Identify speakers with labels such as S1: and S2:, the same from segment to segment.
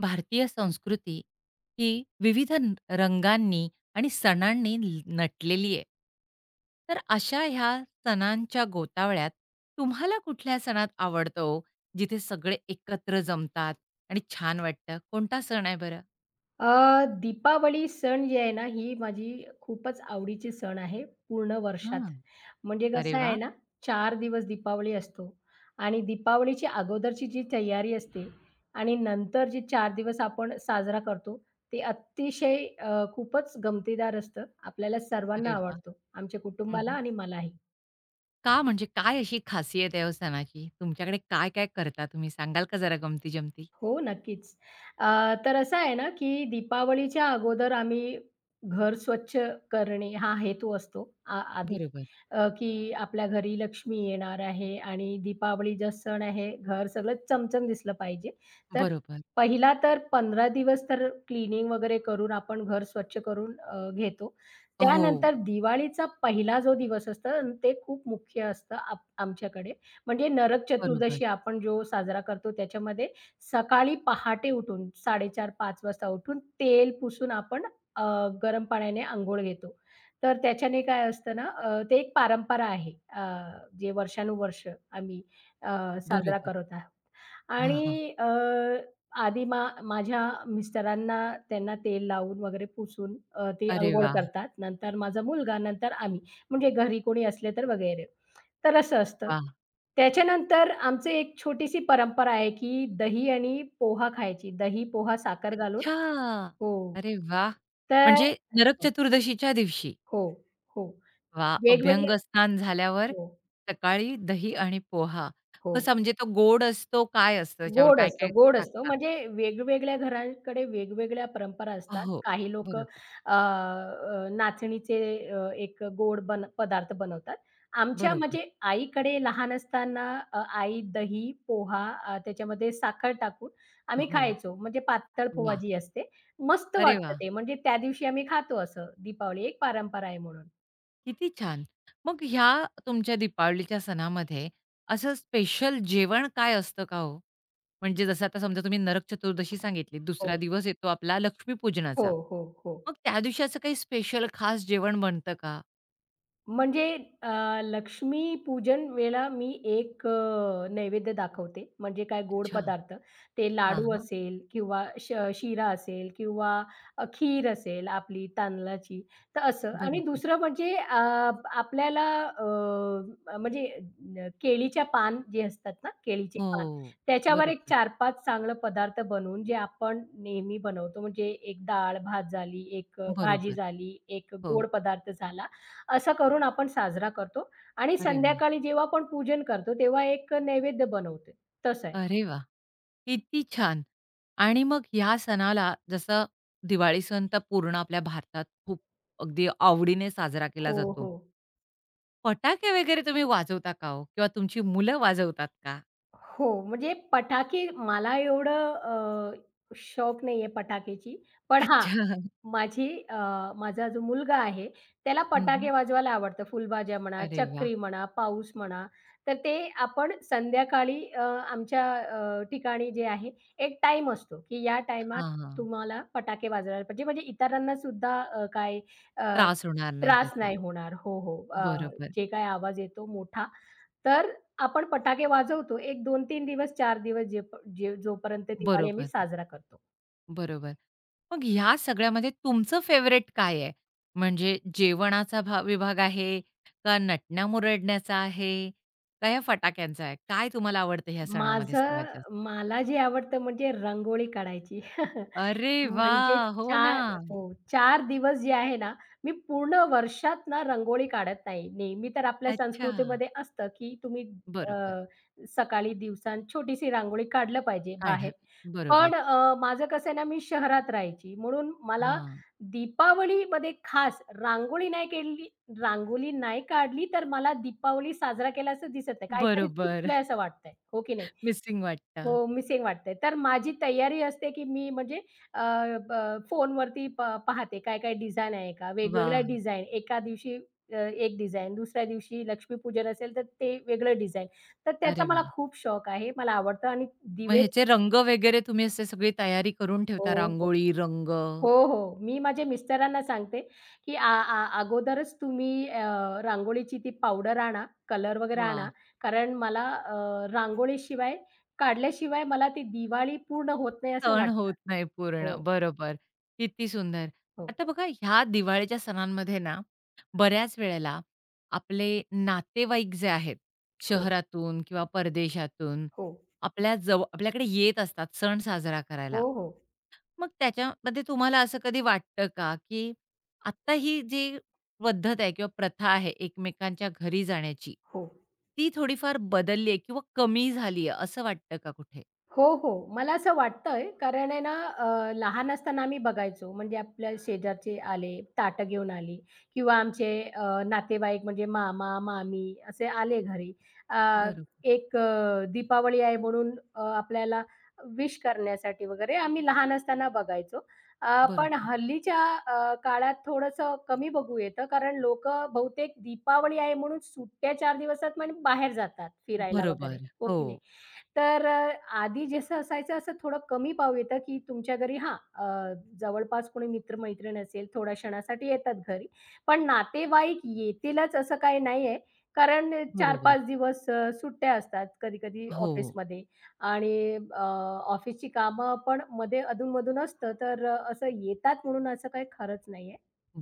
S1: भारतीय संस्कृती ही विविध रंगांनी आणि सणांनी नटलेली आहे. तर अशा ह्या सणांच्या गोतावळ्यात तुम्हाला कुठल्या सणात आवडतो जिथे सगळे एकत्र जमतात आणि छान वाटतं कोणता सण आहे बरं.
S2: दीपावली सण जी आहे ना, ही माझी खूपच आवडीची सण आहे पूर्ण वर्षात.
S1: हां.
S2: म्हणजे
S1: अरे
S2: कसं
S1: वा.
S2: आहे ना, चार दिवस दीपावली असतो आणि दीपावलीची अगोदरची जी तयारी असते आणि नंतर जे 4 दिवस आपण साजरा करतो, ते अतिशय खूपच गमतीदार असतं. आपल्याला सर्वांना
S1: अरे वा.
S2: आवडतो, आमच्या कुटुंबाला
S1: हम्म.
S2: आणि मलाही.
S1: का म्हणजे काय अशी खासियत आहे हो सणाची तुमच्याकडे काय काय करता तुम्ही सांगाल का जरा गमती जमती.
S2: हो, नक्कीच. तर असं आहे ना, की दीपावलीच्या अगोदर आम्ही घर स्वच्छ करणे हा हेतू असतो आधी.
S1: बरोबर.
S2: की आपल्या घरी लक्ष्मी येणार आहे आणि दीपावलीचा सण आहे, घर सगळं चमचम दिसलं पाहिजे. तर
S1: बरोबर.
S2: पहिला तर 15 दिवस तर क्लीनिंग वगैरे करून आपण घर स्वच्छ करून घेतो.
S1: हो.
S2: त्यानंतर दिवाळीचा पहिला जो दिवस असतो अन् ते खूप मुख्य असतं आमच्याकडे. म्हणजे नरक
S1: बरोबर.
S2: चतुर्दशी आपण जो साजरा करतो त्याच्यामध्ये सकाळी पहाटे उठून 4:30-5 वाजता उठून तेल पुसून आपण अ, गरम पाण्याने अंघोळ घेतो. तर त्याच्याने काय असतं ना, ते एक परंपरा आहे. जे वर्षानुवर्ष आम्ही अ, साजरा
S1: बरोबर.
S2: करत आहोत.
S1: हा हा.
S2: आणि आधी माझ्या मिस्टरांना त्यांना तेल लावून वगैरे पुसून ते
S1: अरे
S2: अंघोळ
S1: वा.
S2: करतात. नंतर माझा मुलगा, नंतर आम्ही. म्हणजे घरी कोणी असले तर वगैरे. तर असं असतं.
S1: वा.
S2: त्याच्यानंतर आमची एक छोटीशी परंपरा आहे, की दही आणि पोहा खायची. दही, पोहा, साखर घालून
S1: अच्छा!
S2: हो.
S1: अरे वा,
S2: तर
S1: म्हणजे नरक चतुर्दशीच्या दिवशी.
S2: हो, हो.
S1: वा,
S2: वेगवेगळे
S1: अभ्यंग स्नान झाल्यावर
S2: हो.
S1: सकाळी दही आणि पोहा.
S2: हो.
S1: कसा म्हणजे तो गोड असतो, काय असतं त्याच्यावर
S2: गोड असतं,
S1: काय-काय
S2: गोड असतं.
S1: टाकतात?
S2: म्हणजे वेगवेगळ्या घरांकडे वेगवेगळ्या परंपरा असतात.
S1: हो,
S2: काही लोक
S1: बरोबर,
S2: नाचणीचे एक गोड बन पदार्थ बनवतात. आमच्या
S1: बरोबर.
S2: म्हणजे आईकडे लहान असताना आई दही, पोहा त्याच्यामध्ये साखर टाकून आम्ही
S1: हो,
S2: खायचो. म्हणजे पातळ पोहा
S1: वा,
S2: जी असते, मस्त
S1: अरे वा,
S2: वाटतं ते. म्हणजे त्या दिवशी आम्ही खातो असं. दीपावली एक परंपरा आहे म्हणून.
S1: किती छान. मग ह्या तुमच्या दीपावलीच्या सणामध्ये असं स्पेशल जेवण काय असतं का हो? म्हणजे जसं आता समजा तुम्ही नरक चतुर्दशी सांगितली, दुसरा
S2: हो.
S1: दिवस येतो आपला
S2: हो,
S1: लक्ष्मीपूजनाचा.
S2: हो, हो.
S1: मग त्या दिवशी असं काही स्पेशल खास जेवण बनतं का?
S2: म्हणजे अ, लक्ष्मी पूजन वेळेला मी एक नैवेद्य दाखवते. म्हणजे काय गोड
S1: अच्छा.
S2: पदार्थ. ते
S1: हां,
S2: लाडू
S1: हां.
S2: असेल किंवा शिरा असेल किंवा खीर असेल आपली तांदळाची. तर असं आणि
S1: बरोबर.
S2: दुसरं म्हणजे आपल्याला केळीच्या पान जे असतात ना, केळीचे पान
S1: हो.
S2: त्याच्यावर
S1: बरोबर,
S2: एक 4-5 चांगलं पदार्थ बनवून जे आपण नेहमी बनवतो. म्हणजे एक डाळ-भात झाली, एक भाजी
S1: बरोबर.
S2: झाली, एक
S1: हो.
S2: गोड पदार्थ झाला असं करून आपण साजरा करतो आणि
S1: अरे वाह!
S2: संध्याकाळी जेव्हा आपण पूजन करतो, तेव्हा एक नैवेद्य बनवते. तसं आहे.
S1: अरे वाह! किती छान. आणि मग ह्या सणाला जसं दिवाळी सण तर पूर्ण आपल्या भारतात खूप अगदी आवडीने साजरा केला
S2: हो,
S1: जातो.
S2: हो.
S1: फटाके वगैरे तुम्ही वाजवता का हो? किंवा तुमची मुलं वाजवतात का?
S2: हो, म्हणजे पटाके मला एवढं शौक नाहीये पटाक्याची. पण हां,
S1: अच्छा.
S2: माझी अ, माझा जो मुलगा आहे, त्याला
S1: हं,
S2: पटाके वाजवायला आवडतं. फुलबाजा म्हणा,
S1: अरे वाह!
S2: चक्री म्हणा, पाऊस म्हणा. तर ते आपण संध्याकाळी आमच्या ठिकाणी जे आहे, एक टाईम असतो, की या टाईमात
S1: हां, हां.
S2: तुम्हाला पटाके वाजवायला पाहिजे. म्हणजे इतरांना सुद्धा अ,
S1: त्रास होणार नाही
S2: त्रास
S1: त्याचा.
S2: नाही होणार. हो, हो.
S1: बरोबर,
S2: जे काही आवाज येतो मोठा. तर आपण फटाके वाजवतो. एक 2, तीन दिवस, चार दिवस जे प जे जोपर्यंत दिवाळी आम्ही
S1: बरोबर,
S2: साजरा करतो.
S1: बरोबर. मग ह्या सगळ्यामध्ये तुमचं फेवरेट काय आहे? म्हणजे जेवणाचा विभाग आहे, का नटण्या-मुरडण्याचा आहे, का या फटाक्यांचा आहे? काय तुम्हाला आवडतं ह्या सणामध्ये
S2: माझं
S1: सगळ्यात जास्त?
S2: मला जे आवडतं म्हणजे रांगोळी काढायची.
S1: अरे
S2: म्हणजे
S1: वाह! हो ना.
S2: 4 हो, 4 दिवस जे आहे ना, मी पूर्ण वर्षात ना रंगोळी काढत नाही. नेहमी तर आपल्या
S1: अच्छा.
S2: संस्कृतीमध्ये असतं, की तुम्ही अ,
S1: बरोबर.
S2: सकाळी दिवसान छोटीशी रांगोळी काढलं पाहिजे बाहेर.
S1: काढावी.
S2: पण
S1: बरोबर.
S2: माझं कसं आहे ना, मी शहरात राहायची म्हणून मला
S1: हां.
S2: दीपावलीमध्ये खास रांगोळी नाही केली रांगोली नाही काढली, तर मला दीपावली साजरा केल्याचं दिसत नाही. काहीतरी
S1: बरोबर.
S2: चुकलंय असं वाटतंय, हो की नाही?
S1: मिसिंग वाटतं.
S2: हो, मिसिंग वाटतंय. तर माझी तयारी असते, की मी म्हणजे अ, ब फोनवरती पाहते काय-काय डिझाइन आहे का? वेगवेगळ्या
S1: वाह!
S2: डिझाइन एका दिवशी एक डिझाइन, दुसऱ्या दिवशी लक्ष्मीपूजन असेल, तर ते वेगळं डिझाइन. तर त्याचा
S1: अरे
S2: मला
S1: वाह!
S2: खूप शौक आहे. मला आवडतं आणि
S1: मग
S2: दिवे
S1: ह्याचे रंग वगैरे तुम्ही असे सगळी तयारी करून ठेवता,
S2: हो, हो.
S1: रांगोळी, रंग.
S2: हो, हो. मी माझ्या मिस्टरांना सांगते, की "आ आ अगोदरच तुम्ही रांगोळीची ती पावडर आणा, कलर वगैरे
S1: वाह!
S2: आणा." कारण मला रांगोळीशिवाय काढल्याशिवाय मला ती दिवाळी पूर्ण होत नाही असं
S1: सण
S2: वाटतं.
S1: होत नाही पूर्ण.
S2: हो,
S1: बरोबर. किती सुंदर.
S2: हो,
S1: आता बघा ह्या दिवाळीच्या सणांमध्ये ना, बऱ्याच वेळेला आपले नातेवाईक जे आहेत,
S2: हो,
S1: शहरातून किंवा परदेशातून
S2: हो,
S1: आपल्याकडे येत असतात सण साजरा करायला.
S2: हो, हो,
S1: मग त्याच्यामध्ये तुम्हाला असं कधी वाटतं का, की आत्ता ही जी पद्धत आहे किंवा प्रथा आहे एकमेकांच्या घरी जाण्याची,
S2: हो.
S1: ती थोडीफार बदलली आहे किंवा कमी झाली आहे असं वाटतं का कुठे?
S2: हो, हो. मला असं वाटतंय कारण आहे ना लहान असताना आम्ही बघायचो म्हणजे आपल्या शेजारचे आले, ताटं घेऊन आली किंवा आमचे नातेवाईक म्हणजे मामा-मामी असे आले घरी. अ,
S1: बरोबर.
S2: दीपावली आहे म्हणून आपल्याला विश करण्यासाठी वगैरे आम्ही लहान असताना बघायचो. पण
S1: बरोबर.
S2: हल्लीच्या काळात थोडंसं कमी बघू येतं कारण लोकं बहुतेक दीपावली आहे म्हणून सुट्ट्या 4 दिवसात म्हणजे बाहेर जातात फिरायला वगैरे.
S1: बरोबर.
S2: हो
S1: हो,
S2: की नाही? तर आधी जसं असायचं असं थोडं कमी पाव येतं, की तुमच्या घरी हां, जवळपास कोणी मित्र-मैत्रीण असेल, थोड्या क्षणासाठी येतात घरी. पण नातेवाईक येतीलच असं काही नाहीये. कारण
S1: बरोबर.
S2: 4-5 दिवस सुट्ट्या असतात कधी-कधी
S1: हो,
S2: ऑफिसमध्ये आणि ऑफिसची कामं पण मध्ये अधून-मधून असतं. तर असं येतात म्हणून असं काही खरंच नाहीये.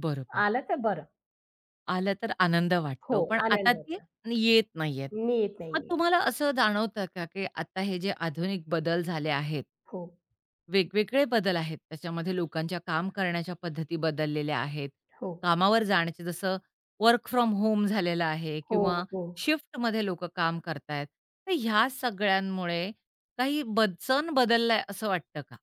S1: बरोबर.
S2: आलं तर बरं.
S1: आलं तर आनंद
S2: हो,
S1: वाटतो, पण आता
S2: आनंद
S1: ते
S2: होता.
S1: येत नाहीयेत.
S2: मी येत
S1: मग
S2: नाहीये.
S1: तुम्हाला असं जाणवतं का, की आता हे जे आधुनिक बदल झाले आहेत,
S2: हो,
S1: वेगवेगळे बदल आहेत, त्याच्यामध्ये लोकांच्या काम करण्याच्या पद्धती बदललेल्या आहेत.
S2: हो,
S1: कामावर जाण्याचे जसं वर्क फ्रॉम होम झालेलं आहे
S2: हो,
S1: किंवा
S2: हो.
S1: शिफ्टमध्ये लोकं काम करतायत. तर ह्या सगळ्यांमुळे काही सण बदललाय असं वाटतं का?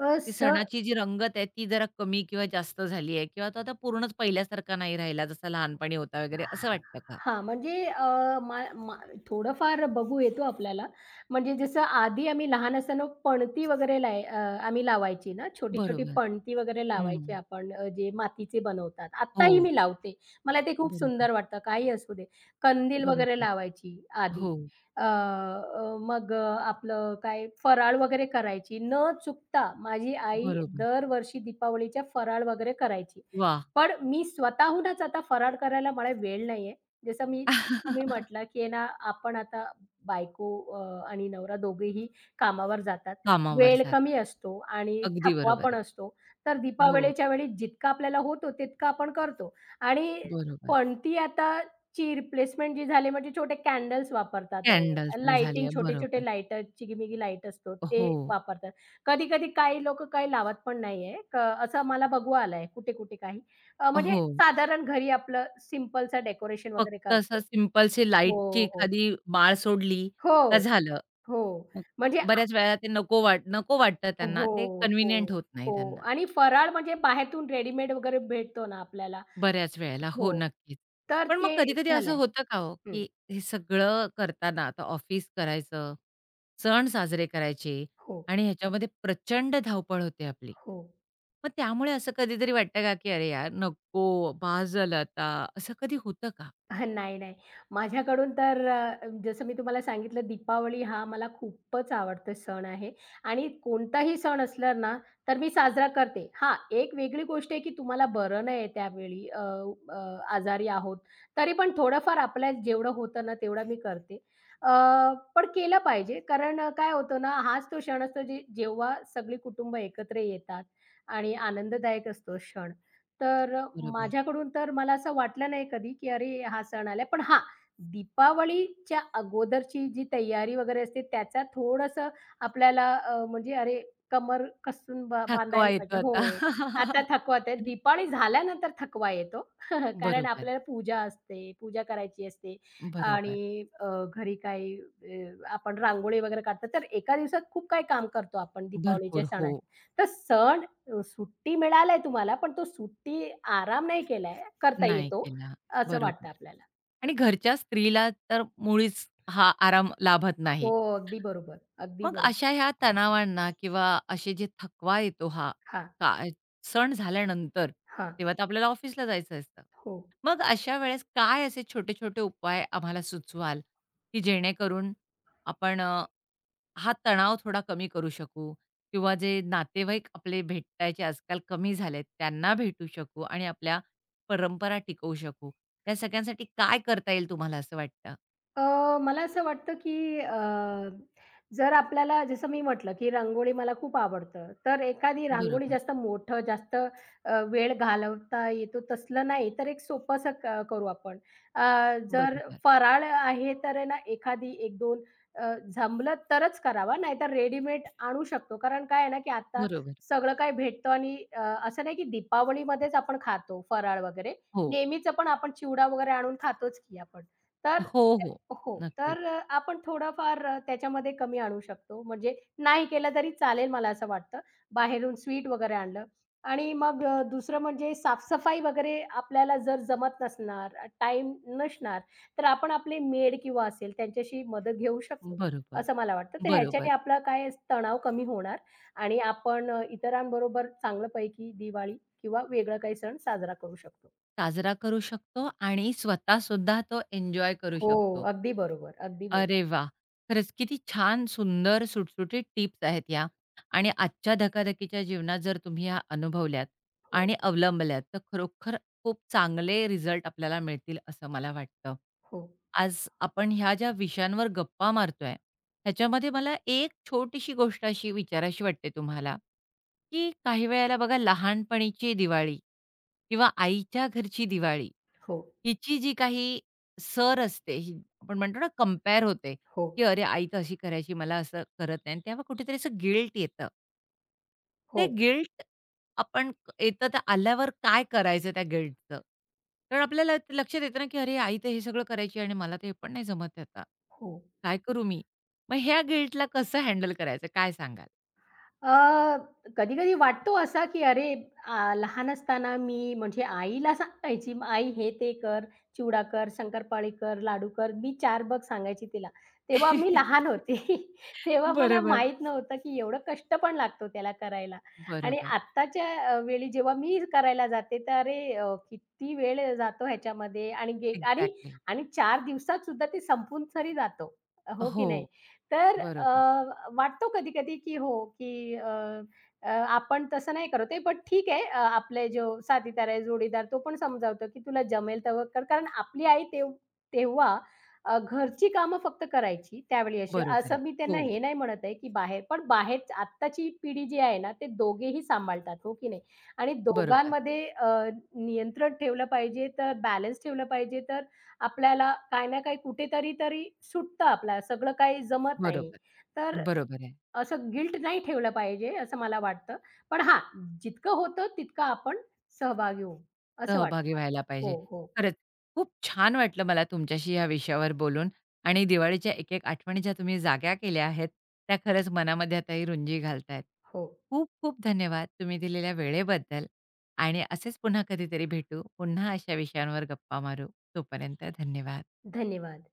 S1: ती
S2: सण
S1: सणाची जी रंगत आहे ती जरा कमी किंवा जास्त झाली आहे किंवा तो आता पूर्णच पहिल्यासारखा नाही राहिला जसा लहानपणी होता वगैरे असं वाटतं का?
S2: हां, म्हणजे अ, मा मा थोडंफार बघू येतो आपल्याला. म्हणजे जसं आधी आम्ही लहान असताना पणती वगैरे आम्ही लावायची ना, छोटी-छोटी
S1: बरोबर.
S2: पणती वगैरे
S1: हं.
S2: लावायची आपण जे मातीचे बनवतात. आत्ताही
S1: हो.
S2: मी लावते. मला ते खूप
S1: बरोबर,
S2: सुंदर वाटतं, काही असू दे. कंदील वगैरे
S1: बरोबर.
S2: लावायची आधी.
S1: हो,
S2: अ, अ, मग अ, आपलं काय फराळ वगैरे करायची. न चुकता माझी आई
S1: बरोबर.
S2: दरवर्षी दीपावलीच्या फराळ वगैरे करायची.
S1: वाह!
S2: पण मी स्वतःहूनच आता फरार करायला मला वेळ नाहीये. जसं मी तुम्ही म्हटलं, की आहे ना, आपण आता बायको आणि नवरा दोघेही कामावर जातात.
S1: कामावर
S2: वेळ
S1: जात.
S2: कमी असतो आणि
S1: अगदी
S2: थकवा
S1: बरोबर
S2: पण
S1: आहे.
S2: असतो. तर
S1: हो,
S2: दीपावलीच्या वेळी जितकं आपल्याला होतो तितका आपण करतो आणि
S1: बरोबर.
S2: पण ती आता ची रिप्लेसमेंट जी झाली म्हणजे छोटे कॅन्डल्स वापरतात
S1: कॅन्डल्सनी झाली
S2: लाइटिंग
S1: आहे.
S2: छोटे-छोटे
S1: बरोबर.
S2: लाइटर, चिगी लाईट असतो ते
S1: हो,
S2: वापरतात. कधी-कधी काही लोकं काही लावत पण नाहीये. असं मला बघू आलंय कुठे-कुठे काही अ, म्हणजे
S1: हो.
S2: साधारण घरी आपलं सिंपलचं डेकोरेशन वगैरे
S1: फक्त असं
S2: करतो.
S1: सिंपलशी
S2: हो,
S1: लाईटची
S2: हो.
S1: एखादी माळ सोडली
S2: हो,
S1: का झालं.
S2: हो.
S1: मग
S2: म्हणजे आ
S1: बऱ्याच वेळा ते नको वाटतं त्यांना. ते
S2: हो,
S1: कन्व्हिनियंट
S2: हो,
S1: होत नाही
S2: हो.
S1: त्यांना.
S2: आणि फराळ म्हणजे बाहेरून रेडीमेड वगैरे भेटतो ना आपल्याला.
S1: बऱ्याच वेळेला. हो,
S2: हो.
S1: नक्कीच.
S2: तर
S1: पण मग
S2: ते
S1: कधी-कधी असं
S2: झालंय.
S1: होतं का हो,
S2: हं.
S1: की हे सगळं करताना आता ऑफिस करायचं, सण साजरे करायचे
S2: हो,
S1: आणि ह्याच्यामध्ये प्रचंड धावपळ होते आपली.
S2: हो.
S1: मग त्यामुळे असं कधीतरी वाटतं का, की "अरे यार, नको, बास झालं आता." असं कधी होतं का?
S2: नाही, नाही. माझ्याकडून तर जसं मी तुम्हाला सांगितलं दीपावली हा मला खूपच आवडता सण आहे आणि कोणताही सण असला ना, तर मी साजरा करते. हां, एक वेगळी गोष्ट आहे की तुम्हाला बरं नाहीये त्यावेळी अ, अ, आजारी आहोत. तरी पण थोडंफार आपल्या जेवढं होतं ना, तेवढं मी करते. अ, पण केलं पाहिजे कारण काय होतं ना, हाच तो क्षण असतो जे जेव्हा सगळी कुटुंब एकत्र येतात आणि आनंददायक असतो क्षण. तर
S1: बरोबर.
S2: माझ्याकडून तर मला असं वाटलं नाही कधी, की अरे हा सण आलाय. पण हां, दीपावलीच्या अगोदरची जी तयारी वगैरे असते त्याचा थोडंसं आपल्याला अ, म्हणजे अरे कमर कसून
S1: थकवा
S2: बांधायला
S1: येतो
S2: पाहिजे. हो,
S1: आता.
S2: आता थकवा येतोय. दिपावली झाल्यानंतर थकवा येतो. कारण
S1: बरोबर,
S2: आपल्याला पूजा असते, पूजा करायची असते
S1: बरोबर.
S2: आणि घरी काही आपण रांगोळी वगैरे काढतो. तर एका दिवसात खूप काही काम करतो आपण दीपावलीच्या
S1: भरपूर हो,
S2: सणात. तर सण सुट्टी मिळालाय तुम्हाला, पण तो सुट्टी आराम नाही केलाय, करता
S1: नाही
S2: येतो,
S1: केला.
S2: असं वाटतं
S1: बरोबर.
S2: आपल्याला.
S1: आणि घरच्या स्त्रीला तर मुळीच हा आराम लाभत
S2: हो,
S1: नाही.
S2: अगदी बरोबर, अगदी
S1: मग
S2: बरोबर.
S1: अशा ह्या तणावांना किंवा असे जे थकवा येतो हा
S2: हां,
S1: का सण झाल्यानंतर,
S2: हां.
S1: तेव्हा तर आपल्याला ऑफिसला जायचं असतं.
S2: हो.
S1: मग अशा वेळेस काय असे छोटे-छोटे उपाय आम्हाला सुचवाल, की जेणेकरून आपण अ, हा तणाव थोडा कमी करू शकू किंवा जे नातेवाईक आपले भेटायचे आजकाल कमी झालेत, त्यांना भेटू शकू आणि आपल्या परंपरा टिकवू शकू. या सगळ्यांसाठी काय करता येईल तुम्हाला असं वाटतं?
S2: मला असं वाटतं की जर आपल्याला जसं मी म्हटलं की रांगोळी मला खूप आवडतं. तर एखादी रांगोळी
S1: बरोबर,
S2: जास्त मोठं, जास्त वेळ घालवता येतो तसलं नाही, तर एक सोपंसं करू आपण. अ, जर
S1: बरोबर,
S2: फराळ आहे तर आहे ना एखादी 1-2 जमलं तरच करावा, नाहीतर रेडीमेड आणू शकतो. कारण काय आहे ना की आता
S1: बरोबर.
S2: सगळं काही भेटतं आणि असं नाही की दीपावलीमध्येच आपण खातो फराळ वगैरे.
S1: हो.
S2: नेहमीचं पण आपण चिवडा वगैरे आणून खातोच की आपण. तर
S1: हो, हो.
S2: हो.
S1: नक्कीच.
S2: तर आपण थोडंफार त्याच्यामध्ये कमी आणू शकतो. म्हणजे नाही केलं तरी चालेल मला असं वाटतं. बाहेरून स्वीट वगैरे आणलं आणि मग दुसरं म्हणजे साफ-सफाई वगैरे आपल्याला जर जमत नसणार, टाईम नसणार, तर आपण आपले मेड किंवा असेल त्यांच्याशी मदत घेऊ शकतो,
S1: बरोबर,
S2: असं मला वाटतं. तर ह्याच्याने
S1: बरोबर.
S2: आपला काय तणाव कमी होणार आणि आपण इतरांबरोबर चांगल्यापैकी दिवाळी किंवा वेगळा काही सण साजरा करू शकतो.
S1: साजरा करू शकतो आणि स्वतः सुद्धा तो एन्जॉय करू
S2: हो,
S1: शकतो.
S2: अगदी बरोबर, अगदी बरोबर.
S1: अरे वा, खरंच किती छान, सुंदर, सुटसुटीत टिप्स आहेत या, आणि आजच्या धकाधकीच्या जीवनात जर तुम्ही ह्या अनुभवल्यात
S2: हो,
S1: आणि अवलंबल्यात, तर खरोखर खूप चांगले रिझल्ट आपल्याला मिळतील असं मला वाटतं.
S2: हो,
S1: आज आपण ह्या ज्या विषयांवर गप्पा मारतोय, ह्याच्यामध्ये मला एक छोटीशी गोष्ट अशी विचारावीशी वाटते तुम्हाला, की काही वेळेला बघा लहानपणीची दिवाळी किंवा आईच्या घरची दिवाळी,
S2: हो.
S1: हिची जी काही सर असते, ही आपण म्हणतो ना कंपेअर होते,
S2: हो,
S1: की "अरे, आई तर अशी करायची, मला असं करत नाही" आणि तेव्हा कुठेतरी असं गिल्ट येतं.
S2: हो,
S1: ते गिल्ट येतं तर आल्यावर काय करायचं त्या गिल्टचं? तर आपल्याला ते लक्षात येतं ना, की "अरे, आई तर हे सगळं करायची आणि मला तर पण नाही जमत आता.
S2: हो.
S1: काय करू मी?" मग ह्या गिल्टला कसं हँडल करायचं काय सांगाल?
S2: अ, कधी-कधी वाटतो असा, की लहान असताना मी म्हणजे आईला सांगायची, "आई हे ते कर, चिवडा कर, शंकरपाळी कर, लाडू कर." मी चार बघ सांगायची तिला. तेव्हा मी लहान होते. तेव्हा मला
S1: बरोबर.
S2: माहीत नव्हतं, की एवढं कष्ट पण लागतो त्याला करायला. आणि
S1: बरोबर.
S2: आत्ताच्या वेळी जेव्हा मी करायला जाते, तर किती वेळ जातो ह्याच्यामध्ये आणि गे आणि
S1: एक्झॅक्टली.
S2: आणि 4 दिवसात सुद्धा ते संपून तरी जातो. हो की नाही?
S1: हो.
S2: तर
S1: बरोबर.
S2: वाटतो कधी-कधी की हो, की अ, अ, आपण तसं नाही करत आहे, बट ठीक आहे. आपले जो साथीदार आहे, जोडीदार तो पण समजावतो की "तुला जमेल तेव्हा कर." कारण आपली आई तेव्हा घरची कामं फक्त करायची त्यावेळी अशी.
S1: बरोबर आहे.
S2: असं मी
S1: हो.
S2: त्यांना हे नाही म्हणत आहे की बाहेर पण बाहेर आत्ताची पिढी जी आहे ना, ते दोघेही सांभाळतात, हो की नाही? आणि
S1: बरोबर.
S2: दोघांमध्ये नियंत्रण ठेवलं पाहिजे, तर बॅलन्स ठेवलं पाहिजे, तर आपल्याला काही ना काही कुठेतरी तरी सुटतं आपल्याला, सगळं काही जमत नाही.
S1: बरोबर.
S2: तर
S1: बरोबर आहे.
S2: असं गिल्ट नाही ठेवलं पाहिजे असं मला वाटतं. पण हां, जितकं होतं तितकं आपण सहभागी होऊ, असं वाटतं
S1: सहभागी
S2: मला.
S1: व्हायला पाहिजे.
S2: हो, हो,
S1: खरंच खूप छान वाटलं मला तुमच्याशी या विषयावर बोलून आणि दिवाळीच्या एक-एक आठवणी ज्या तुम्ही जाग्या केल्या आहेत, त्या खरंच मनामध्ये आताही रुंजी घालतायत.
S2: हो.
S1: खूप-खूप धन्यवाद तुम्ही दिलेल्या वेळेबद्दल आणि असेच पुन्हा कधीतरी भेटू. पुन्हा अशा विषयांवर गप्पा मारू. तोपर्यंत धन्यवाद.
S2: धन्यवाद.